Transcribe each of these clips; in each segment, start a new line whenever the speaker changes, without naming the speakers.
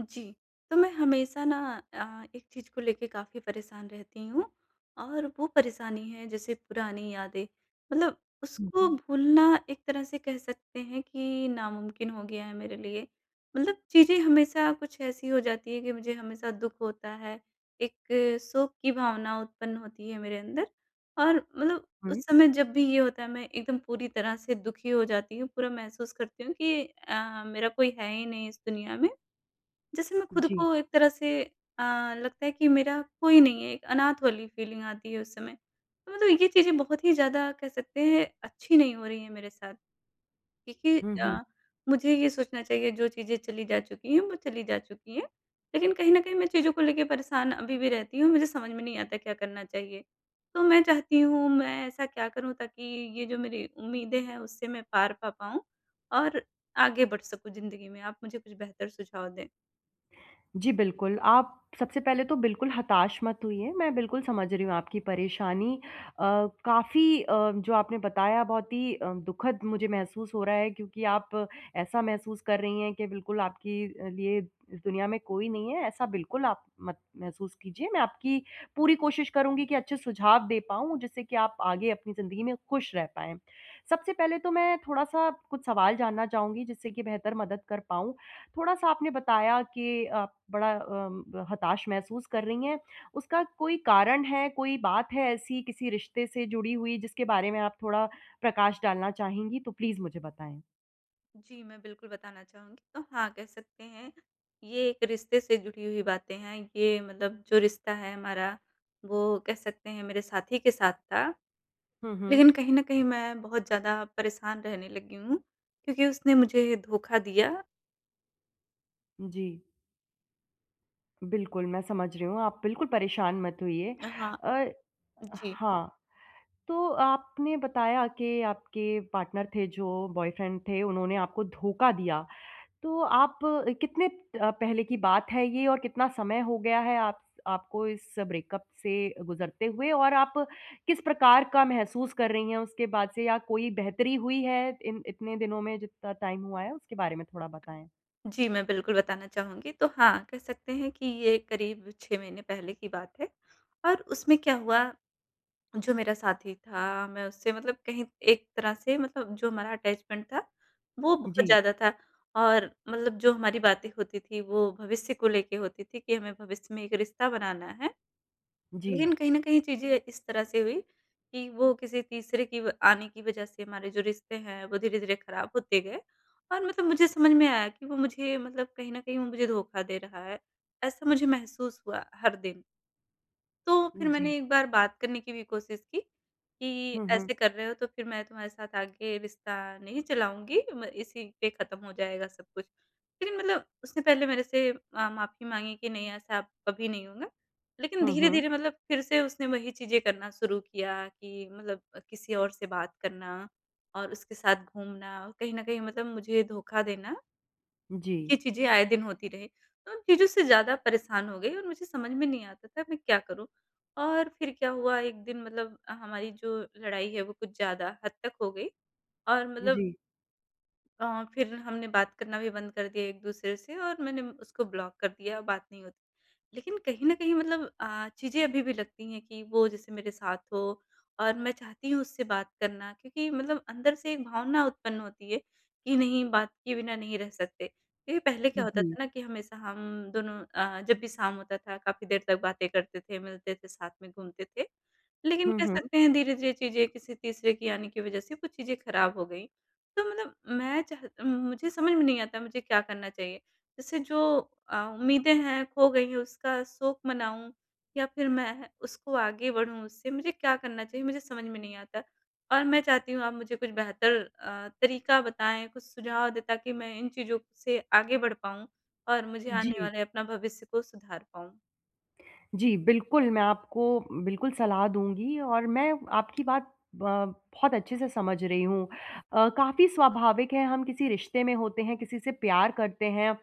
जी, तो मैं हमेशा ना एक चीज़ को लेके काफ़ी परेशान रहती हूँ और वो परेशानी है जैसे पुरानी यादें। मतलब
हुँ,
उसको
हुँ।
भूलना एक तरह से कह सकते हैं कि नामुमकिन हो गया है मेरे लिए। मतलब चीज़ें हमेशा कुछ ऐसी हो जाती है कि मुझे हमेशा दुःख होता है, एक शोक की भावना उत्पन्न होती है मेरे अंदर और मतलब
हुँ,
उस समय जब भी ये होता है मैं एकदम पूरी तरह से दुखी हो जाती हूँ, पूरा महसूस करती हूँ कि मेरा कोई है ही नहीं इस दुनिया में। जैसे मैं खुद
जी।
को एक तरह से अ, लगता है कि मेरा कोई नहीं है, एक अनाथ वाली फ़ीलिंग आती है उस समय। तो मतलब ये चीज़ें बहुत ही ज़्यादा कह सकते हैं अच्छी नहीं हो रही हैं मेरे साथ, क्योंकि
हुँ, हुँ।
अ, मुझे ये सोचना चाहिए जो चीज़ें चली जा चुकी हैं, वो चली जा चुकी हैं। लेकिन कहीं न कहीं मैं चीज़ों को लेके परेशान अभी भी रहती हूँ, मुझे समझ में नहीं आता क्या करना चाहिए। तो मैं चाहती हूँ मैं ऐसा क्या करूँ ताकि ये जो मेरी उम्मीदें हैं उससे मैं पार पा पाऊँ और आगे बढ़ सकूँ ज़िंदगी में। आप मुझे कुछ बेहतर सुझाव दें।
जी, बिल्कुल, आप सबसे पहले तो बिल्कुल हताश मत होइए, मैं बिल्कुल समझ रही हूँ आपकी परेशानी। अ, काफ़ी जो आपने बताया बहुत ही दुखद मुझे महसूस हो रहा है क्योंकि आप ऐसा महसूस कर रही हैं कि बिल्कुल आपकी लिए इस दुनिया में कोई नहीं है, ऐसा बिल्कुल आप मत महसूस कीजिए। मैं आपकी पूरी कोशिश करूँगी कि अच्छे सुझाव दे पाऊँ, जिससे कि आप आगे अपनी ज़िंदगी में खुश रह पाएँ। सबसे पहले तो मैं थोड़ा-सा कुछ सवाल जानना चाहूँगी जिससे कि बेहतर मदद कर पाऊँ। थोड़ा-सा आपने बताया कि आप बड़ा हताश महसूस कर रही हैं। उसका कोई कारण है, कोई बात है ऐसी किसी रिश्ते से जुड़ी हुई जिसके बारे में आप थोड़ा प्रकाश डालना चाहेंगी तो प्लीज़ मुझे बताएँ?
जी, मैं बिल्कुल बताना चाहूँगी। तो हाँ, कह सकते हैं ये एक रिश्ते से जुड़ी हुई बातें हैं। ये मतलब जो रिश्ता है हमारा वो कह सकते हैं मेरे साथी के साथ था।
हुँ, हुँ।
लेकिन कहीं न कहीं मैं बहुत ज़्यादा परेशान रहने लगी हूँ क्योंकि उसने मुझे धोखा दिया।
जी, बिल्कुल मैं समझ रही हूँ, आप बिल्कुल परेशान मत होइए।
हाँ,
अ,
जी।
हाँ, तो आपने बताया कि आपके पार्टनर थे जो बॉयफ्रेंड थे उन्होंने आपको धोखा दिया। तो आप कितने पहले की बात है ये और कितना समय हो गया है आप आपको इस ब्रेकअप से गुज़रते हुए? और आप किस प्रकार का महसूस कर रही हैं उसके बाद से या कोई बेहतरी हुई है इन इतने दिनों में जितना टाइम हुआ है उसके बारे में थोड़ा बताएँ?
जी, मैं बिल्कुल बताना चाहूँगी। तो हाँ, कह सकते हैं कि ये करीब 6 महीने पहले की बात है। और उसमें क्या हुआ, जो मेरा साथी था, मैं उससे मतलब कहीं एक तरह से मतलब जो हमारा अटैचमेंट था, वो बहुत
जी,
ज़्यादा था। और मतलब जो हमारी बातें होती थी, वो भविष्य को लेके होती थी कि हमें भविष्य में एक रिश्ता बनाना है।
जी,
लेकिन कहीं न कहीं चीज़ें इस तरह से हुई कि वो किसी तीसरे की व आने की वज़ह से हमारे जो रिश्ते हैं, वो धीरे-धीरे खराब होते गए। और मतलब मुझे समझ में आया कि वो मुझे मतलब कहीं न कहीं वो मुझे धोखा दे रहा है। ऐसा मुझे महसूस हुआ हर दिन। तो फिर
जी।
मैंने एक बार बात करने की भी कोशिश की, कि
हुँ, हुँ।
ऐसे कर रहे हो तो फिर मैं तुम्हारे साथ आगे रिश्ता नहीं चलाऊँगी, म इसी पे ख़त्म हो जाएगा सब कुछ। लेकिन मतलब उसने पहले मेरे से माफ़ी माँगी कि नहीं, ऐसा अब कभी नहीं होगा। लेकिन
हुँ, हुँ।
धीरे-धीरे मतलब फिर से उसने वही चीज़ें करना शुरू किया कि मतलब किसी और से बात करना और उसके साथ घूमना और कहीं न कहीं मतलब मुझे धोखा देना।
जी,
ये चीज़ें आए दिन होती रहीं। तो उन चीज़ों से ज़्यादा परेशान हो गई और मुझे समझ में नहीं आता था मैं क्या करूँ? और फिर क्या हुआ, एक दिन मतलब हमारी जो लड़ाई है वो कुछ ज़्यादा हद तक हो गई और मतलब
जी,
अ, फिर हमने बात करना भी बंद कर दिया एक-दूसरे से और मैंने उसको ब्लॉक कर दिया, बात नहीं होती। लेकिन कहीं न कहीं मतलब चीज़ें अभी भी लगती हैं कि वो जैसे मेरे साथ हो और मैं चाहती हूँ उससे बात करना, क्योंकि मतलब अंदर से एक भावना उत्पन्न होती है कि नहीं, बात किए बिना नहीं रह सकते। क्योंकि पहले क्या होता
जी।
था ना कि हमेशा हम दोनों जब भी शाम होता था काफ़ी देर तक बातें करते थे, मिलते थे, साथ में घूमते थे। लेकिन
हुँ,
कह
हुँ।
सकते हैं धीरे-धीरे चीज़ें किसी तीसरे के आने की वजह से वो चीज़ें खराब हो गई। तो मतलब मैं चाह मुझे समझ में नहीं आता मुझे क्या करना चाहिए? जैसे जो उम्मीदें हैं खो गई हैं, उसका शोक मनाऊँ या फिर मैं उसको आगे बढ़ूँ उससे? मुझे क्या करना चाहिए, मुझे समझ में नहीं आता। और मैं चाहती हूँ आप मुझे कुछ बेहतर तरीका बताएँ, कुछ सुझाव दें ताकि मैं इन चीज़ों से आगे बढ़ पाऊँ और मुझे आने
जी।
वाले अपना भविष्य को सुधार पाऊँ।
जी, बिल्कुल, मैं आपको बिल्कुल सलाह दूँगी और मैं आपकी बात ब बहुत अच्छे से समझ रही हूँ। काफ़ी स्वाभाविक है, हम किसी रिश्ते में होते हैं, किसी से प्यार करते हैं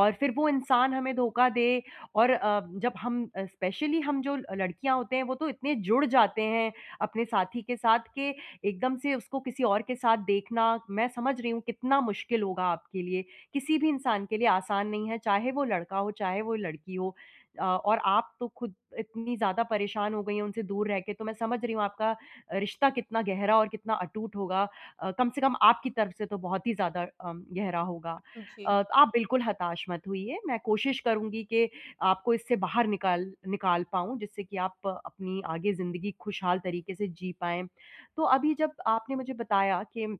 और फिर वो इंसान हमें धोखा दे और जब हम स्पेशली हम जो लड़कियाँ होते हैं, वो तो इतने जुड़ जाते हैं अपने साथी के साथ कि एकदम से उसको किसी और के साथ देखना, मैं समझ रही हूँ कितना मुश्किल होगा आपके लिए। किसी भी इंसान के लिए आसान नहीं है, चाहे वो लड़का हो, चाहे वो लड़की हो। और आप तो खुद इतनी ज़्यादा परेशान हो गई हैं उनसे दूर रह के, तो मैं समझ रही हूँ आपका रिश्ता कितना गहरा और कितना अटूट होगा। कम से कम आपकी तरफ से तो बहुत ही ज़्यादा गहरा होगा।
जी।
आप बिल्कुल हताश मत होइए, मैं कोशिश करूँगी कि आपको इससे बाहर निकाल निकाल पाऊँ, जिससे कि आप अपनी आगे ज़िंदगी खुशहाल तरीके से जी पाएँ। तो अभी जब आपने मुझे बताया कि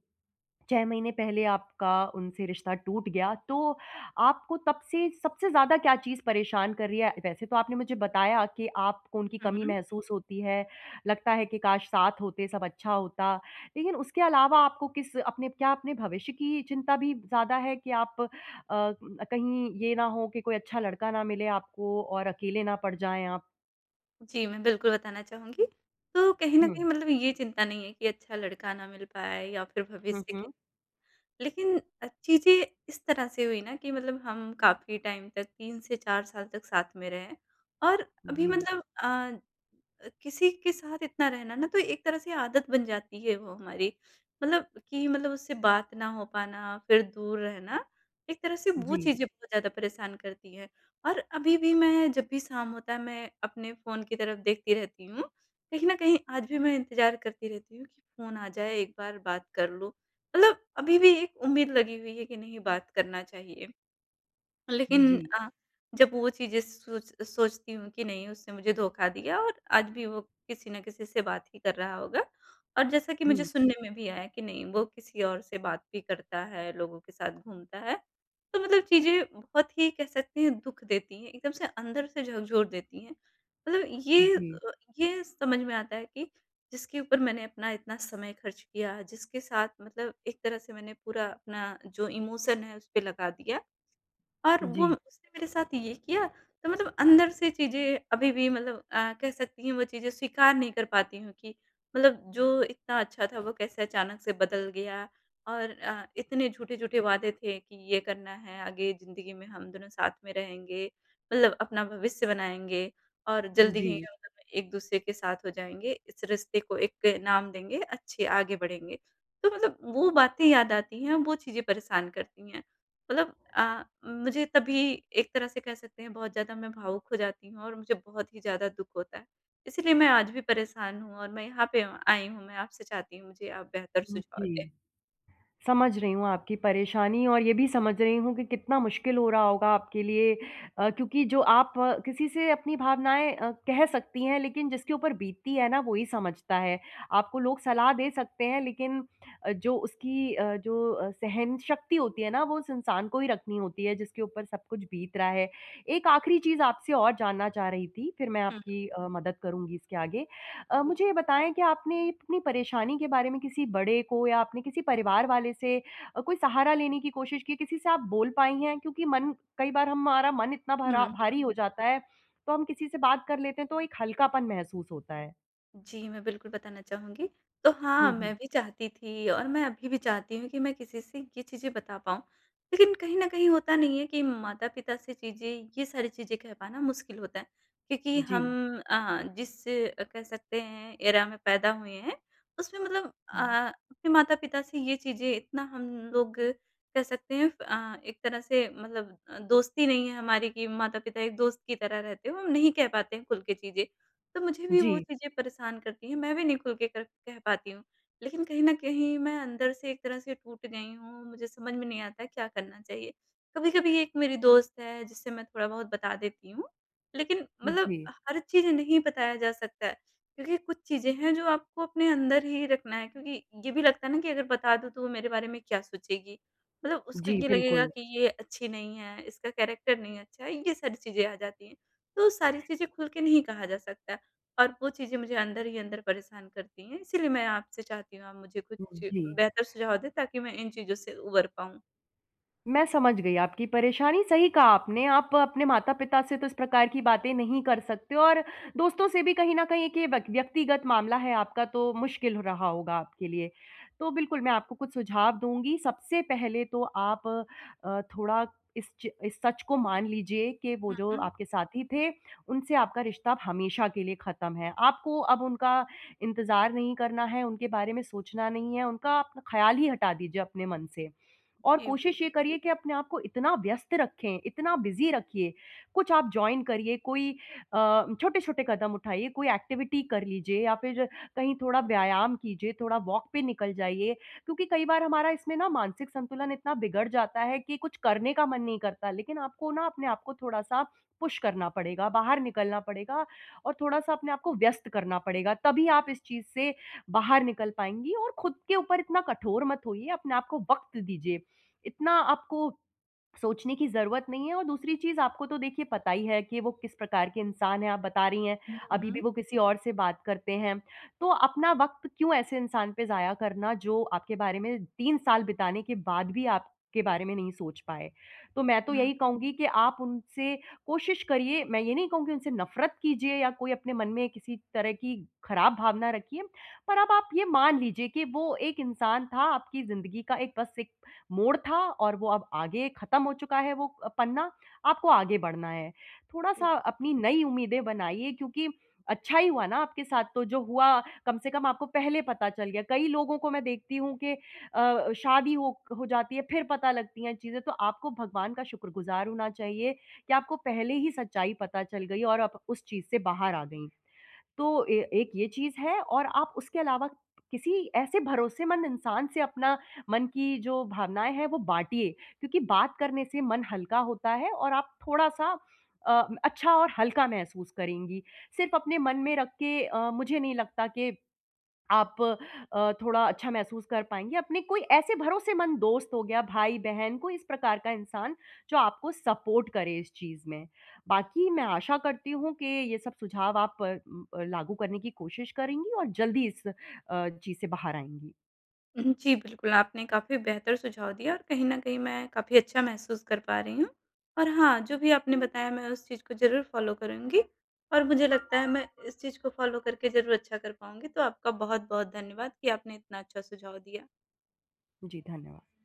6 महीने पहले आपका उनसे रिश्ता टूट गया, तो आपको तब से सबसे ज़्यादा क्या चीज़ परेशान कर रही है? वैसे तो आपने मुझे बताया कि आपको उनकी
हुँ,
कमी
हुँ।
महसूस होती है, लगता है कि काश साथ होते, सब अच्छा होता। लेकिन उसके अलावा आपको किस अपने क्या अपने भविष्य की चिंता भी ज़्यादा है कि आप कहीं ये ना हो कि कोई अच्छा लड़का ना मिले आपको और अकेले ना पड़ जाएँ आप?
जी, मैं बिल्कुल बताना चाहूँगी। तो कहीं न
हुँ।
कहीं मतलब ये चिंता नहीं है कि अच्छा लड़का ना मिल पाए या फिर
हुँ,
भविष्य की।
हुँ।
लेकिन चीज़ें इस तरह से हुई ना कि मतलब हम काफ़ी टाइम तक 3 से 4 साल तक साथ में रहे और अभी
जी,
मतलब किसी के साथ इतना रहना ना तो एक तरह से आदत बन जाती है वो हमारी। मतलब कि मतलब उससे बात ना हो पाना, फिर दूर रहना, एक तरह से वो
जी,
चीज़ें बहुत ज़्यादा परेशान करती हैं। और अभी भी मैं जब भी शाम होता है मैं अपने फ़ोन की तरफ देखती रहती हूँ। कहीं न कहीं आज भी मैं इंतज़ार करती रहती हूँ कि फ़ोन आ जाए, एक बार बात कर लूँ। मतलब अभी भी एक उम्मीद लगी हुई है कि नहीं, बात करना चाहिए। लेकिन
जी।
जब वो चीज़ें सोच सोचती हूँ कि नहीं, उसने मुझे धोखा दिया और आज भी वो किसी न किसी से बात ही कर रहा होगा। और जैसा कि मुझे
हुँ,
सुनने में भी आया कि नहीं, वो किसी और से बात भी करता है, लोगों के साथ घूमता है। तो मतलब चीज़ें बहुत ही कह सकते हैं दुःख देती हैं, एकदम से अंदर से झकझोर देती हैं। मतलब
जी,
ये
जी,
अ, ये समझ में आता है कि जिसके ऊपर मैंने अपना इतना समय खर्च किया, जिसके साथ मतलब एक तरह से मैंने पूरा अपना जो इमोशन है उस पे लगा दिया। और वो
जी,
उसने मेरे साथ ये किया, तो मतलब अंदर से चीज़ें अभी भी मतलब कह सकती हैं वो चीज़ें स्वीकार नहीं कर पाती हूँ कि मतलब जो इतना अच्छा था वो कैसे अचानक से बदल गया और इतने झूठे-झूठे वादे थे कि ये करना है, आगे ज़िंदगी में हम दोनों साथ में रहेंगे, मतलब अपना भविष्य बनाएँगे और जल्दी
जी,
ही हम दोनों एक-दूसरे के साथ हो जाएँगे, इस रिश्ते को एक नाम देंगे, अच्छे आगे बढ़ेंगे। तो मतलब वो बातें याद आती हैं, वो चीज़ें परेशान करती हैं। मतलब मुझे तभी एक तरह से कह सकते हैं बहुत ज़्यादा मैं भावुक हो जाती हूँ और मुझे बहुत ही ज़्यादा दुःख होता है। इसीलिए मैं आज भी परेशान हूँ और मैं यहाँ पे आई हूँ। मैं आपसे चाहती हूँ मुझे आप बेहतर सुझाव
जी।
दें।
समझ रही हूँ आपकी परेशानी और ये भी समझ रही हूँ कि कितना मुश्किल हो रहा होगा आपके लिए, क्योंकि जो आप किसी से अपनी भावनाएँ कह सकती हैं लेकिन जिसके ऊपर बीतती है ना वो ही समझता है। आपको लोग सलाह दे सकते हैं लेकिन जो उसकी जो सहन शक्ति होती है ना वो उस इंसान को ही रखनी होती है जिसके ऊपर सब कुछ बीत रहा है। एक आखिरी चीज़ आपसे और जानना चाह रही थी, फिर मैं
हुँ,
आपकी मदद करूँगी इसके आगे।
जी।
मुझे ये बताएँ कि आपने अपनी परेशानी के बारे में किसी बड़े को या आपने किसी परिवार वाले से कोई सहारा लेने की कोशिश की, किसी से आप बोल पाई हैं? क्योंकि मन कई बार हमारा मन इतना भरा
हुँ।
भारी हो जाता है, तो हम किसी से बात कर लेते हैं तो एक हल्कापन महसूस होता है।
जी, मैं बिल्कुल बताना चाहूँगी। तो
हुँ,
हाँ,
हुँ।
मैं भी चाहती थी और मैं अभी भी चाहती हूँ कि मैं किसी से ये चीज़ें बता पाऊँ। लेकिन कहीं न कहीं होता नहीं है कि माता-पिता से चीज़ें, ये सारी चीज़ें कह पाना मुश्किल होता है। क्योंकि
जी।
हम जिस कह सकते हैं एरा में पैदा हुए हैं, उसमें मतलब
हुँ।
अपने माता-पिता से ये चीज़ें इतना हम लोग कह सकते हैं एक तरह से मतलब दोस्ती नहीं है हमारी कि माता-पिता एक दोस्त की तरह रहते हो, हम नहीं कह पाते हैं खुल के चीज़ें। तो मुझे भी वो
जी,
चीज़ें परेशान करती हैं, मैं भी नहीं खुल के कर कह पाती हूँ। लेकिन कहीं न कहीं मैं अंदर से एक तरह से टूट गई हूँ, मुझे समझ में नहीं आता क्या करना चाहिए। कभी-कभी एक मेरी दोस्त है जिससे मैं थोड़ा-बहुत बता देती हूँ, लेकिन मतलब
जी।
हर चीज़ नहीं बताया जा सकता है, क्योंकि कुछ चीज़ें हैं जो आपको अपने अंदर ही रखना है, क्योंकि ये भी लगता है ना कि अगर बता दूँ तो वो मेरे बारे में क्या सोचेगी? मतलब उसको
जी,
ये लगेगा
बिल्कुल।
कि ये अच्छी नहीं है, इसका कैरेक्टर नहीं अच्छा है, ये सारी चीज़ें आ जाती हैं। तो सारी चीज़ें खुल के नहीं कहा जा सकता। और वो चीज़ें मुझे अंदर ही अंदर परेशान करती हैं, इसीलिए मैं आपसे चाहती हूँ आप मुझे
हुँ,
कुछ
जी।
बेहतर सुझाव दें ताकि मैं इन चीज़ों से उबर पाऊँ।
मैं समझ गई आपकी परेशानी, सही कहा आपने, आप अपने माता-पिता से तो इस प्रकार की बातें नहीं कर सकते और दोस्तों से भी कहीं न कहीं एक ये व्यक्तिगत मामला है आपका तो मुश्किल हो रहा होगा आपके लिए। तो बिल्कुल मैं आपको कुछ सुझाव दूँगी, सबसे पहले तो आप थोड़ा इस सच को मान लीजिए कि वो
हुँ,
जो
हुँ।
आपके साथी थे, उनसे आपका रिश्ता अब हमेशा के लिए ख़त्म है। आपको अब उनका इंतज़ार नहीं करना है, उनके बारे में सोचना नहीं है, उनका आप ख़्याल ही हटा दीजिए अपने मन से। और
जी, बिल्कुल।
कोशिश ये करिए कि अपने आप को इतना व्यस्त रखें, इतना बिज़ी रखिए, कुछ आप जॉइन करिए, कोई छोटे-छोटे कदम उठाइए, कोई एक्टिविटी कर लीजिए या फिर कहीं थोड़ा व्यायाम कीजिए, थोड़ा वॉक पे निकल जाइए। क्योंकि कई बार हमारा इसमें ना मानसिक संतुलन इतना बिगड़ जाता है कि कुछ करने का मन नहीं करता, लेकिन आपको ना अपने आप को थोड़ा-सा पुश करना पड़ेगा, बाहर निकलना पड़ेगा और थोड़ा-सा अपने आप को व्यस्त करना पड़ेगा, तभी आप इस चीज़ से बाहर निकल पाएँगी और खुद के ऊपर इतना कठोर मत होइए, अपने आप को वक़्त दीजिए। इतना आपको सोचने की ज़रूरत नहीं है और दूसरी चीज़ आपको तो देखिए पता ही है कि वो किस प्रकार के इंसान हैं, आप बता रही हैं,
हुँ,
अभी भी
हुँ।
वो किसी और से बात करते हैं। तो अपना वक़्त क्यों ऐसे इंसान पे ज़ाया करना जो आपके बारे में 3 साल बिताने के बाद भी आपके बारे में नहीं सोच पाए। तो मैं तो
हुँ।
यही कहूँगी कि आप उनसे कोशिश करिए, मैं ये नहीं कहूँगी उनसे नफ़रत कीजिए या कोई अपने मन में किसी तरह की खराब भावना रखिए, पर अब आप ये मान लीजिए कि वो एक इंसान था आपकी ज़िंदगी का एक बस एक मोड़ था और वो अब आगे ख़त्म हो चुका है वो पन्ना, आपको आगे बढ़ना है। थोड़ा-सा
जी।
अपनी नई उम्मीदें बनाइए क्योंकि अच्छा ही हुआ ना आपके साथ तो जो हुआ कम से कम आपको पहले पता चल गया। कई लोगों को मैं देखती हूँ कि शादी हो जाती है फिर पता लगती हैं चीज़ें, तो आपको भगवान का शुक्रगुज़ार होना चाहिए कि आपको पहले ही सच्चाई पता चल गई और आप उस चीज़ से बाहर आ गईं। तो ए एक ये चीज़ है और आप उसके अलावा किसी ऐसे भरोसेमंद इंसान से अपना मन की जो भावनाएँ हैं, वो बाँटिए क्योंकि बात करने से मन हल्का होता है और आप थोड़ा-सा अ, अच्छा और हल्का महसूस करेंगी। सिर्फ़ अपने मन में रख के मुझे नहीं लगता कि आप थोड़ा अच्छा महसूस कर पाएँगे। अपने कोई ऐसे भरोसेमंद दोस्त हो गया, भाई-बहन, कोई इस प्रकार का इंसान जो आपको सपोर्ट करे इस चीज़ में। बाकी मैं आशा करती हूँ कि ये सब सुझाव आप लागू करने की कोशिश करेंगी और जल्दी इस चीज़ से बाहर आएँगी।
जी, बिल्कुल, आपने काफ़ी बेहतर सुझाव दिया और कहीं न कहीं मैं काफ़ी अच्छा महसूस कर पा रही हूँ। और हाँ, जो भी आपने बताया मैं उस चीज़ को ज़रूर फ़ॉलो करूँगी और मुझे लगता है मैं इस चीज़ को फ़ॉलो करके ज़रूर अच्छा कर पाऊँगी। तो आपका बहुत-बहुत धन्यवाद कि आपने इतना अच्छा सुझाव दिया।
जी, धन्यवाद।